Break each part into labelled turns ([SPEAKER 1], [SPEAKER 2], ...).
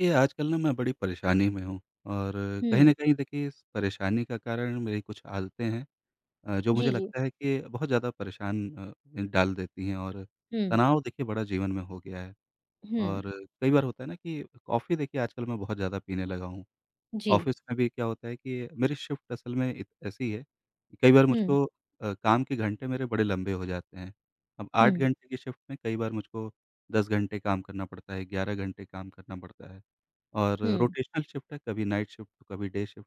[SPEAKER 1] ये आजकल ना मैं बड़ी परेशानी में हूँ और कहीं
[SPEAKER 2] हुँ।
[SPEAKER 1] न कहीं देखिए इस परेशानी का कारण मेरी कुछ आदतें हैं। जो
[SPEAKER 2] जी,
[SPEAKER 1] मुझे
[SPEAKER 2] जी।
[SPEAKER 1] लगता है कि बहुत ज़्यादा परेशान डाल देती हैं और
[SPEAKER 2] हुँ,
[SPEAKER 1] तनाव देखिए बड़ा जीवन में हो गया है।
[SPEAKER 2] हुँ,
[SPEAKER 1] और कई बार होता है ना कि कॉफ़ी देखिए आजकल मैं बहुत ज़्यादा पीने लगा हूँ।
[SPEAKER 2] जी।
[SPEAKER 1] ऑफ़िस में भी क्या होता है कि मेरी शिफ्ट असल में इत ऐसी है कि कई बार
[SPEAKER 2] हुँ,
[SPEAKER 1] मुझको काम के घंटे मेरे बड़े लंबे हो जाते हैं। अब 8
[SPEAKER 2] हुँ,
[SPEAKER 1] घंटे की शिफ्ट में कई बार मुझको 10 घंटे काम करना पड़ता है, 11 घंटे काम करना पड़ता है। और
[SPEAKER 2] हुँ,
[SPEAKER 1] रोटेशनल शिफ्ट है, कभी नाइट शिफ्ट तो कभी डे शिफ्ट।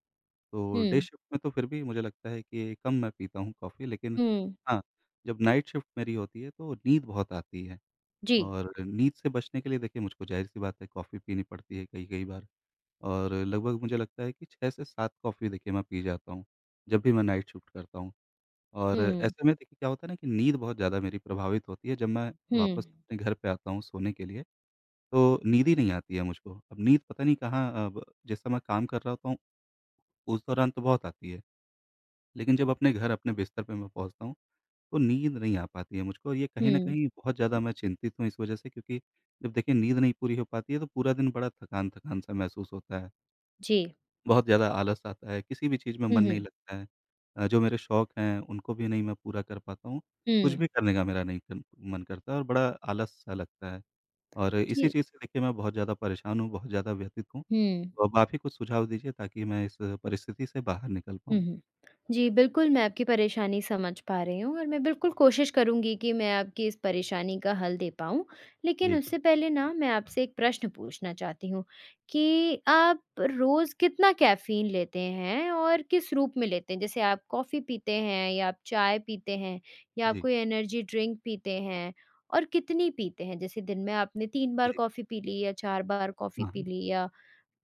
[SPEAKER 1] तो डे
[SPEAKER 2] हुँ,
[SPEAKER 1] शिफ्ट में तो फिर भी मुझे लगता है कि कम मैं पीता हूँ कॉफ़ी, लेकिन
[SPEAKER 2] हुँ,
[SPEAKER 1] हाँ, जब नाइट शिफ्ट मेरी होती है तो नींद बहुत आती है
[SPEAKER 2] जी।
[SPEAKER 1] और नींद से बचने के लिए देखिए मुझको ज़ाहिर-सी बात है कॉफ़ी पीनी पड़ती है कई-कई बार, और लगभग मुझे लगता है कि 6 से 7 कॉफ़ी देखिए मैं पी जाता हूँ, जब भी मैं नाइट शिफ्ट करता हूँ। और
[SPEAKER 2] हुँ,
[SPEAKER 1] ऐसे में देखिए क्या होता है ना कि नींद बहुत ज़्यादा मेरी प्रभावित होती है जब मैं वापस
[SPEAKER 2] हुँ,
[SPEAKER 1] अपने घर पे आता हूँ सोने के लिए। तो नींद ही नहीं आती है मुझको। अब नींद पता नहीं कहाँ, अब जिस समय काम कर रहा होता हूँ, उस दौरान तो बहुत आती है। लेकिन जब अपने घर, अपने बिस्तर पे मैं पहुँचता हूँ, तो नींद नहीं आ पाती है मुझको और ये कहीं न
[SPEAKER 2] हुँ,
[SPEAKER 1] कहीं बहुत ज़्यादा मैं चिंतित हूँ इस वजह से, क्योंकि जब देखिए नींद नहीं पूरी हो पाती है, तो पूरा दिन बड़ा थकान-थकान सा महसूस होता है।
[SPEAKER 2] जी।
[SPEAKER 1] बहुत ज़्यादा आलस आता है, किसी भी चीज़ में
[SPEAKER 2] हुँ,
[SPEAKER 1] मन नहीं
[SPEAKER 2] हुँ,
[SPEAKER 1] लगता है। जो मेरे शौक हैं, उनको भी नहीं मैं पूरा कर पाता हूँ। कुछ
[SPEAKER 2] हुँ,
[SPEAKER 1] भी करने का मेरा नहीं कर मन करता है और बड़ा आलस-सा लगता है। और इसी
[SPEAKER 2] जी,
[SPEAKER 1] चीज़ से देखिए मैं बहुत ज़्यादा परेशान हूँ, बहुत ज़्यादा व्यथित हूँ।
[SPEAKER 2] हुँ।
[SPEAKER 1] तो अब आप ही कुछ सुझाव दीजिए ताकि मैं इस परिस्थिति से बाहर निकल
[SPEAKER 2] हुँ,
[SPEAKER 1] पाऊँ?
[SPEAKER 2] हुँ। जी, बिल्कुल मैं आपकी परेशानी समझ पा रही हूँ और मैं बिल्कुल कोशिश करूँगी कि मैं आपकी इस परेशानी का हल दे पाऊँ। लेकिन
[SPEAKER 1] जी,
[SPEAKER 2] उससे पहले ना मैं आपसे एक प्रश्न पूछना चाहती हूँ कि आप रोज़ कितना कैफ़ीन लेते हैं और किस रूप में लेते हैं? जैसे आप कॉफ़ी पीते हैं या आप चाय पीते हैं या आप
[SPEAKER 1] जी,
[SPEAKER 2] कोई एनर्जी ड्रिंक पीते हैं और कितनी पीते हैं? जैसे दिन में आपने 3 बार
[SPEAKER 1] जी।
[SPEAKER 2] कॉफ़ी पी ली या 4 बार कॉफ़ी
[SPEAKER 1] हाँ,
[SPEAKER 2] पी
[SPEAKER 1] हाँ।
[SPEAKER 2] ली या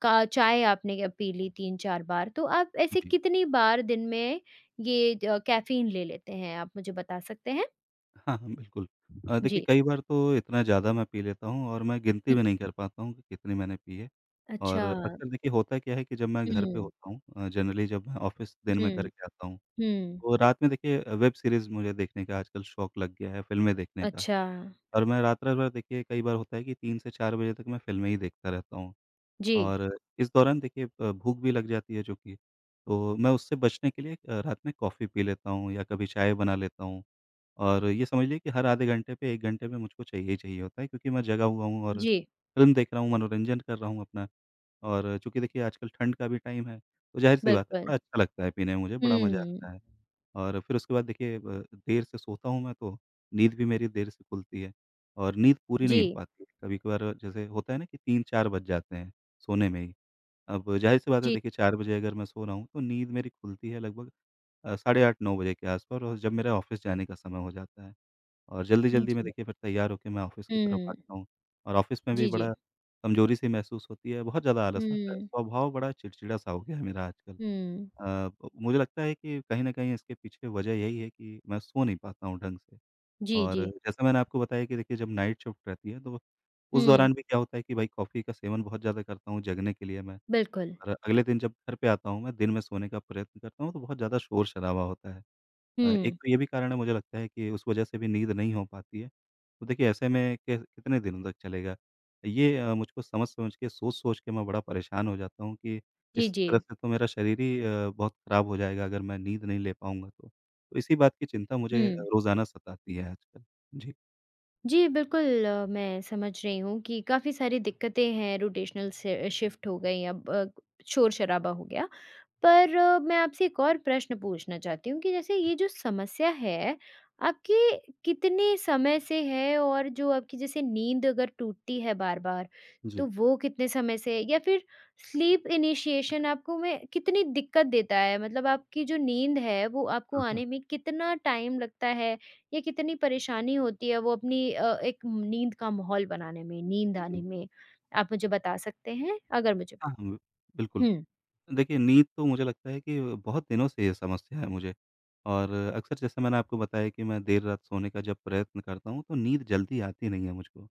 [SPEAKER 2] का चाय आपने क्या पी ली 3-4 बार, तो आप ऐसे
[SPEAKER 1] जी।
[SPEAKER 2] कितनी बार दिन में ये ज कैफ़ीन ले लेते हैं? आप मुझे बता सकते हैं?
[SPEAKER 1] हाँ, हाँ, बिल्कुल। देखिए,
[SPEAKER 2] जी।
[SPEAKER 1] कई बार तो इतना ज़्यादा मैं पी लेता हूँ और मैं गिनती
[SPEAKER 2] हुँ,
[SPEAKER 1] भी नहीं कर पाता हूँ कि कितनी मैंने पी है। और
[SPEAKER 2] अच्छा।
[SPEAKER 1] अक्सर देखिए होता क्या है कि जब मैं घर पे
[SPEAKER 2] हुँ,
[SPEAKER 1] होता हूँ जनरली जब मैं ऑफ़िस दिन में
[SPEAKER 2] हुँ,
[SPEAKER 1] करके आता हूँ,
[SPEAKER 2] हुँ।
[SPEAKER 1] तो रात में देखिए वेब सीरीज़ मुझे देखने का आजकल शौक लग गया है, फ़िल्में देखने का।
[SPEAKER 2] अच्छा।
[SPEAKER 1] और मैं रात-रात भर देखिए कई बार होता है कि 3 से 4 बजे तक मैं फ़िल्में ही देखता रहता हूँ।
[SPEAKER 2] जी,
[SPEAKER 1] और इस दौरान देखिए भूख भी लग जाती है, जो कि तो मैं उससे बचने के लिए रात में कॉफ़ी पी लेता हूँ या कभी चाय बना लेता हूँ। और ये समझ लीजिए कि हर आधे घंटे पे 1 घंटे में मुझको चाहिए ही चाहिए होता है, क्योंकि मैं जगा हुआ हूँ और
[SPEAKER 2] जी,
[SPEAKER 1] फ़िल्म देख रहा हूँ, मनोरंजन कर रहा हूँ अपना। और चूँकि देखिए आजकल ठंड का भी टाइम है, तो ज़ाहिर-सी बात है
[SPEAKER 2] बिल्कुल।
[SPEAKER 1] बड़ा अच्छा लगता है पीने में मुझे, बड़ा मज़ा
[SPEAKER 2] हुँ,
[SPEAKER 1] आता है। और फिर उसके बाद देखिए ब देर से सोता हूँ मैं, तो नींद भी मेरी देर से खुलती है और नींद पूरी नहीं हो
[SPEAKER 2] जी,
[SPEAKER 1] पाती है। कभी-कभार जैसे होता है ना कि 3-4 बज जाते हैं सोने में ही। अब ज़ाहिर-सी बात है
[SPEAKER 2] जी,
[SPEAKER 1] देखिए 4 बजे अगर मैं सो रहा हूँ, तो नींद मेरी खुलती है लगभग साढ़े 8-9 बजे के आस-पास, और जब मेरा ऑफ़िस जाने का समय हो जाता है और जल्दी-जल्दी में
[SPEAKER 2] जी।
[SPEAKER 1] देखिए फिर तैयार होके मैं ऑफ़िस की तरफ
[SPEAKER 2] हुँ,
[SPEAKER 1] भागता हूँ और ऑफ़िस में भी
[SPEAKER 2] जी,
[SPEAKER 1] बड़ा
[SPEAKER 2] जी।
[SPEAKER 1] कमज़ोरी-सी महसूस होती है, बहुत ज़्यादा आलस आता है।
[SPEAKER 2] हुँ,
[SPEAKER 1] स्वभाव बड़ा चिड़चिड़ा-सा हो गया है मेरा आजकल।
[SPEAKER 2] हुँ।
[SPEAKER 1] अ, ब मुझे लगता है कि कहीं न कहीं इसके पीछे वजह यही है कि मैं सो नहीं पाता हूँ ढंग से।
[SPEAKER 2] जी,
[SPEAKER 1] और
[SPEAKER 2] जी।
[SPEAKER 1] जैसा मैंने आपको बताया कि देखिए जब नाइट शिफ्ट रहती है, तो उस
[SPEAKER 2] हुँ,
[SPEAKER 1] दौरान भी क्या होता है कि भाई कॉफ़ी का सेवन बहुत ज़्यादा करता हूँ जगने के लिए मैं।
[SPEAKER 2] बिल्कुल।
[SPEAKER 1] और अगले दिन जब घर पे आता हूँ मैं, दिन में सोने का प्रयत्न करता हूँ, तो बहुत ज़्यादा शोर-शराबा होता है। एक
[SPEAKER 2] हुँ,
[SPEAKER 1] तो ये भी कारण है मुझे लगता है कि उस वजह से भी नींद नहीं हो पाती है। तो देखिए ऐसे में कि कितने दिनों तक चलेगा? ये मुझको समझ-समझ के, सोच-सोच के मैं बड़ा परेशान हो जाता हूँ कि
[SPEAKER 2] जी,
[SPEAKER 1] इस
[SPEAKER 2] जी।
[SPEAKER 1] तरह से तो मेरा शरीर ही बहुत खराब हो जाएगा अगर मैं नींद नहीं ले पाऊँगा तो। तो इसी बात की चिंता मुझे
[SPEAKER 2] हुँ।
[SPEAKER 1] रोज़ाना सताती है आजकल। जी,
[SPEAKER 2] जी, बिल्कुल मैं समझ रही हूँ कि काफ़ी सारी दिक्कतें हैं रोटेशनल से शिफ्ट हो गई अब शोर-शराबा हो गया। पर मैं आपसे एक और प्रश्न पूछना चाहती हूँ कि जैसे
[SPEAKER 1] जी।
[SPEAKER 2] ये जो समस्या है, आपकी कितने समय से है और जो आपकी जैसे नींद अगर टूटती है बार-बार, तो
[SPEAKER 1] जी।
[SPEAKER 2] वो कितने समय से है? या फिर स्लीप इनिशिएशन आपको में कितनी दिक्कत देता है? मतलब आपकी जो नींद है, वो आपको
[SPEAKER 1] हाँ, हाँ।
[SPEAKER 2] आने में कितना टाइम लगता है या कितनी परेशानी होती है वो अपनी एक नींद का माहौल बनाने में, नींद आने
[SPEAKER 1] जी।
[SPEAKER 2] में? आप मुझे बता सकते हैं? अगर मुझे
[SPEAKER 1] हाँ। हुँ, बिल्कुल।
[SPEAKER 2] हुँ।
[SPEAKER 1] देखिए, नींद तो मुझे लगता है कि बहुत दिनों से ये समस्या है मुझे। और अक्सर जैसे मैंने आपको बताया कि मैं देर रात सोने का जब प्रयत्न करता हूँ, तो नींद जल्दी आती नहीं है मुझको।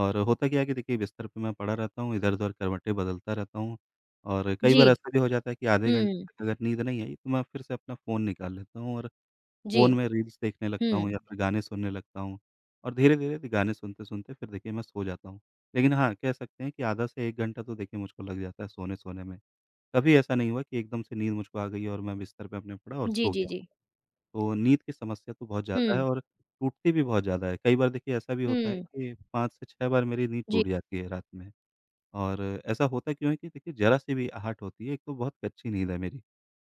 [SPEAKER 1] और होता क्या है कि देखिए बिस्तर पे मैं पड़ा रहता हूँ, इधर-उधर करवटें बदलता रहता हूँ और कई
[SPEAKER 2] जी।
[SPEAKER 1] बार ऐसा भी हो जाता है कि आधे घंटे
[SPEAKER 2] हुँ,
[SPEAKER 1] तक अगर नींद नहीं आई, तो मैं फिर से अपना फ़ोन निकाल लेता हूँ और
[SPEAKER 2] जी।
[SPEAKER 1] फ़ोन में रील्स देखने
[SPEAKER 2] हुँ।
[SPEAKER 1] लगता हूँ या फिर गाने सुनने लगता हूँ, और धीरे-धीरे गाने सुनते-सुनते फिर देखिए मैं सो जाता हूँ। लेकिन हाँ, कह सकते हैं कि आधा से 1 घंटा तो देखिए मुझको लग जाता है सोने-सोने में। कभी ऐसा नहीं हुआ कि एकदम से नींद मुझको आ गई और मैं बिस्तर पे अपने पड़ा और
[SPEAKER 2] जी,
[SPEAKER 1] सो
[SPEAKER 2] जी,
[SPEAKER 1] गया
[SPEAKER 2] जी।
[SPEAKER 1] हूँ। तो नींद की समस्या तो बहुत ज़्यादा है
[SPEAKER 2] हुँ,
[SPEAKER 1] और टूटती भी बहुत ज़्यादा है। कई बार देखिए ऐसा भी होता है
[SPEAKER 2] हुँ।
[SPEAKER 1] कि 5 से 6 बार मेरी नींद
[SPEAKER 2] जी,
[SPEAKER 1] टूट जाती है रात में। और ऐसा होता क्यों है कि देखिए ज़रा-सी भी आहट होती है, एक तो बहुत कच्ची नींद है मेरी।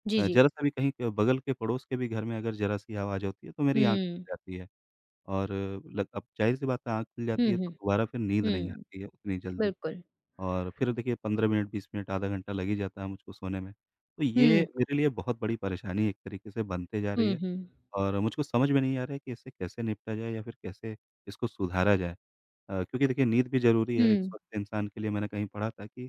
[SPEAKER 2] जी, जी।
[SPEAKER 1] ज़रा-सा भी कहीं क बगल के पड़ोस के भी घर में अगर ज़रा-सी आवाज़ होती है तो मेरी आँख खुल
[SPEAKER 2] हुँ।
[SPEAKER 1] जाती है। और लग अब ज़ाहिर-सी बात है आँख खुल जाती
[SPEAKER 2] हुँ,
[SPEAKER 1] है
[SPEAKER 2] हुँ,
[SPEAKER 1] तो दोबारा फिर नींद नहीं
[SPEAKER 2] हुँ।
[SPEAKER 1] आती है उतनी जल्दी।
[SPEAKER 2] बिल्कुल।
[SPEAKER 1] और फिर देखिए 15 मिनट 20 मिनट आधा घंटा लग ही जाता है मुझको सोने में। तो ये
[SPEAKER 2] हुँ,
[SPEAKER 1] मेरे लिए बहुत बड़ी परेशानी एक तरीके से बनते जा रही
[SPEAKER 2] हुँ,
[SPEAKER 1] है
[SPEAKER 2] हुँ।
[SPEAKER 1] और मुझको समझ में नहीं आ रहा है कि इससे कैसे निपटा जाए या फिर कैसे इसको सुधारा जाए? क्योंकि देखिए नींद भी ज़रूरी है एक
[SPEAKER 2] हुँ,
[SPEAKER 1] स्वस्थ इंसान के लिए, मैंने कहीं पढ़ा था कि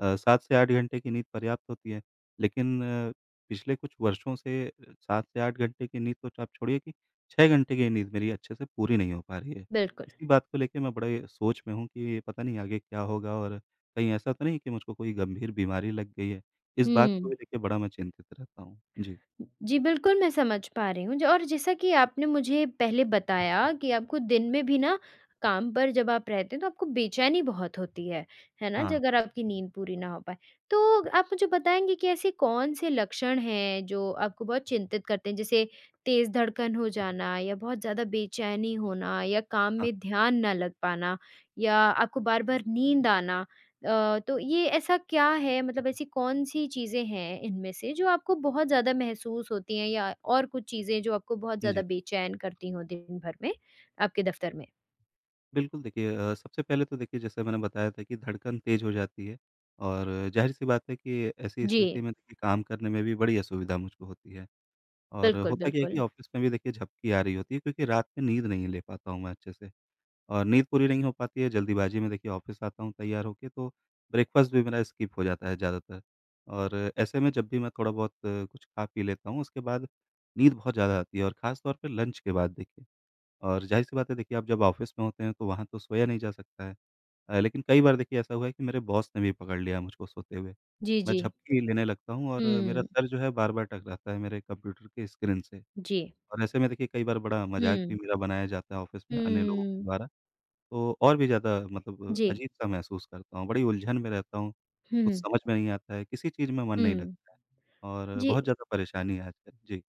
[SPEAKER 1] 7 से 8 घंटे की नींद पर्याप्त होती है। लेकिन पिछले कुछ वर्षों से 7 से 8 घंटे की नींद तो आप छोड़िए कि 6 घंटे की नींद मेरी अच्छे से पूरी नहीं हो पा रही है।
[SPEAKER 2] बिल्कुल।
[SPEAKER 1] इसी बात को लेके मैं बड़े सोच में हूँ कि पता नहीं आगे क्या होगा और कहीं ऐसा तो नहीं कि मुझको कोई गंभीर बीमारी लग गई है। इस बात को
[SPEAKER 2] हुँ।
[SPEAKER 1] भी लेके बड़ा मैं चिंतित रहता हूँ। जी।
[SPEAKER 2] जी, बिल्कुल मैं समझ पा रही हूँ ज और जैसा कि आपने मुझे पहले बताया कि आपको दिन में भी ना काम पर जब आप रहते हैं तो आपको बेचैनी बहुत होती है ना? ज
[SPEAKER 1] हाँ,
[SPEAKER 2] अगर आपकी नींद पूरी ना हो पाए। तो आप मुझे बताएँगे कि ऐसे कौन-से लक्षण हैं जो आपको बहुत चिंतित करते हैं? जैसे तेज़ धड़कन हो जाना या बहुत ज़्यादा बेचैनी होना या काम
[SPEAKER 1] हाँ।
[SPEAKER 2] में ध्यान ना लग पाना या आपको बार-बार नींद आना? तो ये ऐसा क्या है मतलब ऐसी कौन-सी चीज़ें हैं इनमें से जो आपको बहुत ज़्यादा महसूस होती हैं या और कुछ चीज़ें जो आपको बहुत ज़्यादा
[SPEAKER 1] जी।
[SPEAKER 2] बेचैन करती हों दिन भर में, आपके दफ़्तर में?
[SPEAKER 1] बिल्कुल, देखिए सबसे पहले तो देखिए जैसे मैंने बताया था कि धड़कन तेज़ हो जाती है और ज़ाहिर-सी बात है कि ऐसी
[SPEAKER 2] जी,
[SPEAKER 1] स्थिति में देखिए काम करने में भी बड़ी असुविधा मुझको होती है। और
[SPEAKER 2] बिल्कुल,
[SPEAKER 1] होता क्या है कि
[SPEAKER 2] बिल्कुल।
[SPEAKER 1] ऑफ़िस में भी देखिए झपकी आ रही होती है, क्योंकि रात में नींद नहीं ले पाता हूँ मैं अच्छे से और नींद पूरी नहीं हो पाती है, जल्दीबाज़ी में देखिए ऑफ़िस आता हूँ तैयार होके, तो ब्रेकफ़ास्ट भी मेरा स्किप हो जाता है ज़्यादातर। और ऐसे में जब भी मैं थोड़ा-बहुत कुछ खा-पी लेता हूँ उसके बाद नींद बहुत ज़्यादा आती है और ख़ास तौर पे लंच के बाद देखिए। और ज़ाहिर-सी बात है देखिए आप जब ऑफ़िस में होते हैं तो वहाँ तो सोया नहीं जा सकता है। लेकिन कई बार देखिए ऐसा हुआ है कि मेरे बॉस ने भी पकड़ लिया मुझको सोते हुए।
[SPEAKER 2] जी,
[SPEAKER 1] मैं
[SPEAKER 2] जी।
[SPEAKER 1] झपकी लेने लगता हूँ और मेरा
[SPEAKER 2] हुँ,
[SPEAKER 1] सर जो है बार-बार टकराता है मेरे कंप्यूटर की स्क्रीन से,
[SPEAKER 2] जी।
[SPEAKER 1] और ऐसे में देखिए कई बार बड़ा मज़ाक भी
[SPEAKER 2] हुँ,
[SPEAKER 1] मेरा बनाया जाता है ऑफ़िस में अन्य लोगों के
[SPEAKER 2] हुँ।
[SPEAKER 1] द्वारा। तो और भी ज़्यादा मतलब
[SPEAKER 2] जी।
[SPEAKER 1] अजीब-सा महसूस करता हूँ, बड़ी उलझन में रहता हूँ,
[SPEAKER 2] हुँ,
[SPEAKER 1] कुछ
[SPEAKER 2] हुँ।
[SPEAKER 1] समझ में नहीं आता है, किसी चीज़ में मन नहीं
[SPEAKER 2] हुँ।
[SPEAKER 1] लगता है और
[SPEAKER 2] जी।
[SPEAKER 1] बहुत ज़्यादा परेशानी है आजकल। जी,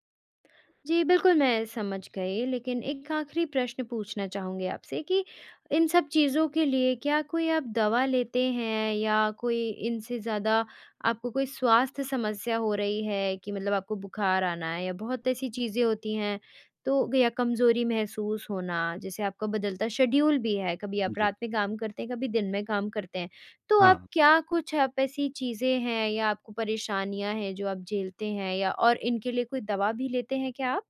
[SPEAKER 2] जी, बिल्कुल, मैं समझ गई, लेकिन एक आखिरी प्रश्न पूछना चाहूँगी आपसे कि इन सब चीज़ों के लिए क्या कोई आप दवा लेते हैं या कोई इनसे ज़्यादा आपको कोई स्वास्थ्य समस्या हो रही है कि मतलब आपको बुखार आना है या बहुत ऐसी चीज़ें होती हैं, तो या कमज़ोरी महसूस होना, जैसे आपका बदलता शेड्यूल भी है, कभी आप
[SPEAKER 1] जी।
[SPEAKER 2] रात में काम करते हैं, कभी दिन में काम करते हैं। तो आप
[SPEAKER 1] हाँ,
[SPEAKER 2] क्या कुछ आप ऐसी चीज़ें हैं या आपको परेशानियाँ हैं जो आप झेलते हैं या और इनके लिए कोई दवा भी लेते हैं क्या आप?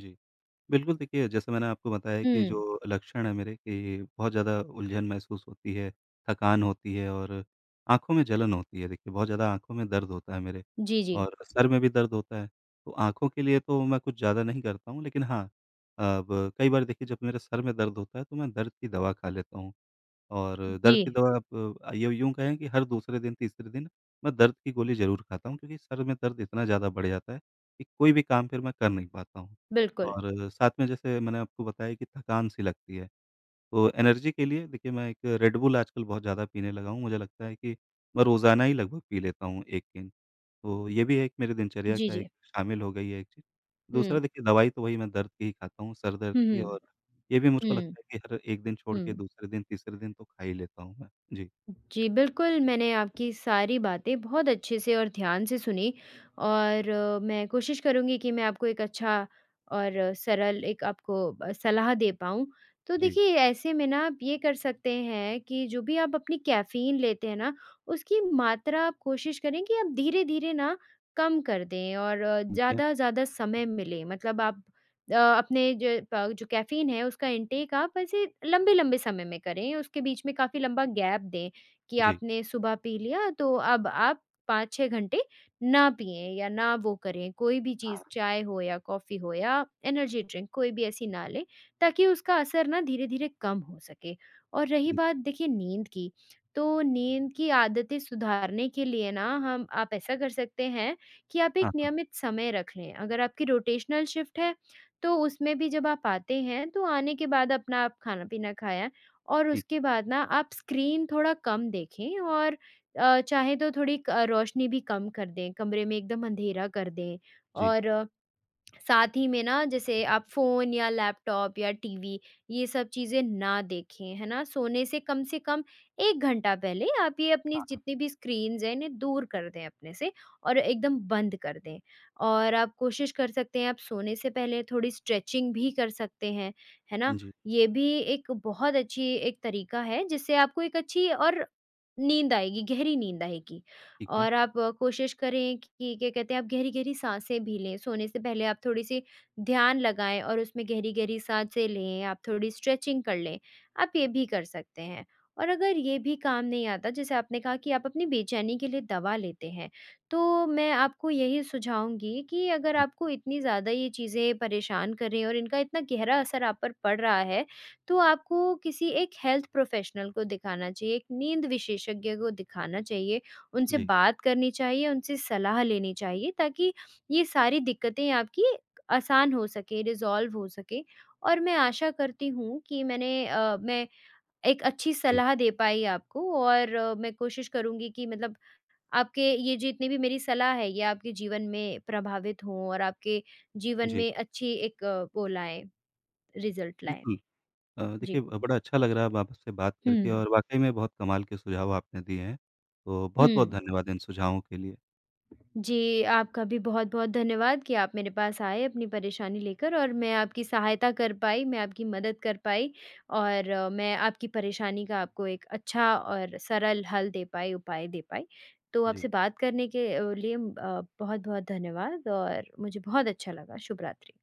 [SPEAKER 1] जी। बिल्कुल, देखिए जैसे मैंने आपको बताया कि
[SPEAKER 2] हुँ।
[SPEAKER 1] जो लक्षण है मेरे, कि बहुत ज़्यादा उलझन महसूस होती है, थकान होती है और आँखों में जलन होती है। देखिए बहुत ज़्यादा आँखों में दर्द होता है मेरे
[SPEAKER 2] जी, जी।
[SPEAKER 1] और सर में भी दर्द होता है। तो आँखों के लिए तो मैं कुछ ज़्यादा नहीं करता हूँ, लेकिन हाँ, अब कई बार देखिए जब मेरे सर में दर्द होता है तो मैं दर्द की दवा खा लेता हूँ। और दर्द की
[SPEAKER 2] जी,
[SPEAKER 1] दवा आप यूँ यूँ कहें कि हर दूसरे दिन, तीसरे दिन मैं दर्द की गोली ज़रूर खाता हूँ, क्योंकि सर में दर्द इतना ज़्यादा बढ़ जाता है कि कोई भी काम फिर मैं कर नहीं पाता हूँ।
[SPEAKER 2] बिल्कुल।
[SPEAKER 1] और साथ में जैसे मैंने आपको बताया कि थकान-सी लगती है, तो एनर्जी के लिए देखिए मैं एक रेड बुल आजकल बहुत ज़्यादा पीने लगा हूँ, मुझे लगता है कि मैं रोज़ाना ही लगभग पी लेता हूँ 1 के। तो ये भी एक मेरे दिनचर्या
[SPEAKER 2] जी,
[SPEAKER 1] का
[SPEAKER 2] जी।
[SPEAKER 1] एक शामिल हो गई है एक चीज़।
[SPEAKER 2] हुँ।
[SPEAKER 1] दूसरा देखिए दवाई तो वही मैं दर्द की ही खाता हूँ, सर दर्द
[SPEAKER 2] हुँ,
[SPEAKER 1] की,
[SPEAKER 2] हुँ।
[SPEAKER 1] और ये भी मुझको
[SPEAKER 2] हुँ,
[SPEAKER 1] लगता है कि हर एक दिन छोड़ के
[SPEAKER 2] हुँ।
[SPEAKER 1] दूसरे दिन, तीसरे दिन तो खा ही लेता हूँ मैं। जी,
[SPEAKER 2] जी, बिल्कुल, मैंने आपकी सारी बातें बहुत अच्छे से और ध्यान से सुनी और मैं कोशिश करूँगी कि मैं आपको एक अच्छा और सरल एक आपको सलाह दे पाऊँ। तो
[SPEAKER 1] जी,
[SPEAKER 2] देखिए, ऐसे में ना आप ये कर सकते हैं कि जो भी आप अपनी कैफ़ीन लेते हैं ना, उसकी मात्रा आप कोशिश करें कि आप धीरे-धीरे ना कम कर दें और
[SPEAKER 1] ठीक है।
[SPEAKER 2] ज़्यादा-ज़्यादा समय मिले। मतलब आप अपने जो प जो कैफ़ीन है, उसका इंटेक आप ऐसे लंबे-लंबे समय में करें, उसके बीच में काफ़ी लंबा गैप दें। कि
[SPEAKER 1] जी,
[SPEAKER 2] आपने सुबह पी लिया तो अब आप 5-6 घंटे ना पिएँ या ना वो करें, कोई भी चीज़
[SPEAKER 1] हाँ,
[SPEAKER 2] चाय हो या कॉफ़ी हो या एनर्जी ड्रिंक कोई भी ऐसी ना लें, ताकि उसका असर ना धीरे-धीरे कम हो सके। और रही
[SPEAKER 1] जी,
[SPEAKER 2] बात देखिए नींद की, तो नींद की आदतें सुधारने के लिए ना हम आप ऐसा कर सकते हैं कि आप एक
[SPEAKER 1] हाँ, हाँ,
[SPEAKER 2] नियमित समय रख लें। अगर आपकी रोटेशनल शिफ्ट है, तो उसमें भी जब आप आते हैं, तो आने के बाद अपना आप खाना-पीना खाया और
[SPEAKER 1] ठीक,
[SPEAKER 2] उसके बाद ना आप स्क्रीन थोड़ा कम देखें और चाहे तो थोड़ी क रोशनी भी कम कर दें, कमरे में एकदम अंधेरा कर दें
[SPEAKER 1] जी,
[SPEAKER 2] और साथ ही में ना जैसे आप फ़ोन या लैपटॉप या टीवी ये सब चीज़ें ना देखें, है ना? सोने से कम 1 घंटा पहले आप ये अपनी
[SPEAKER 1] हाँ, हाँ,
[SPEAKER 2] जितनी भी स्क्रीन्स हैं इन्हें दूर कर दें अपने से और एकदम बंद कर दें। और आप कोशिश कर सकते हैं आप सोने से पहले थोड़ी स्ट्रेचिंग भी कर सकते हैं, है ना?
[SPEAKER 1] जी,
[SPEAKER 2] ये भी एक बहुत अच्छी एक तरीका है जिससे आपको एक अच्छी और नींद आएगी, गहरी नींद आएगी।
[SPEAKER 1] ठीक है।
[SPEAKER 2] और आप कोशिश करें कि क्या कहते हैं आप गहरी-गहरी साँसें भी लें, सोने से पहले आप थोड़ी-सी ध्यान लगाएँ और उसमें गहरी-गहरी साँसें लें, आप थोड़ी स्ट्रेचिंग कर लें, आप ये भी कर सकते हैं। और अगर ये भी काम नहीं आता जैसे आपने कहा कि आप अपनी बेचैनी के लिए दवा लेते हैं, तो मैं आपको यही सुझाऊँगी कि अगर
[SPEAKER 1] जी,
[SPEAKER 2] आपको इतनी ज़्यादा ये चीज़ें परेशान कर रही हैं और इनका इतना गहरा असर आप पर पड़ रहा है, तो आपको किसी एक हेल्थ प्रोफ़ेशनल को दिखाना चाहिए, एक नींद विशेषज्ञ को दिखाना चाहिए उनसे
[SPEAKER 1] जी,
[SPEAKER 2] बात करनी चाहिए, उनसे सलाह लेनी चाहिए ताकि ये सारी दिक्कतें आपकी आसान हो सके, रिज़ॉल्व हो सके और मैं आशा करती हूँ कि मैंने मैं एक अच्छी
[SPEAKER 1] जी,
[SPEAKER 2] सलाह दे पाई आपको और मैं कोशिश करूँगी कि मतलब आपके ये जितनी भी मेरी सलाह है, ये आपके जीवन में प्रभावित हों और आपके जीवन
[SPEAKER 1] जी,
[SPEAKER 2] में अच्छी एक वो लाएँ, रिज़ल्ट लाएँ।
[SPEAKER 1] बिल्कुल।
[SPEAKER 2] जी।
[SPEAKER 1] देखिए, बड़ा अच्छा लग रहा है अब आपसे बात
[SPEAKER 2] हुँ,
[SPEAKER 1] करके और वाक़ई में बहुत कमाल के सुझाव आपने दिए हैं। तो बहुत-बहुत
[SPEAKER 2] हुँ।
[SPEAKER 1] धन्यवाद इन सुझावों के लिए।
[SPEAKER 2] जी, आपका भी बहुत-बहुत धन्यवाद कि आप मेरे पास आए अपनी परेशानी लेकर और मैं आपकी सहायता कर पाई, मैं आपकी मदद कर पाई और मैं आपकी परेशानी का आपको एक अच्छा और सरल हल दे पाई, उपाय दे पाई। तो
[SPEAKER 1] जी।
[SPEAKER 2] आपसे बात करने के लिए बहुत-बहुत धन्यवाद और मुझे बहुत अच्छा लगा। शुभ रात्रि।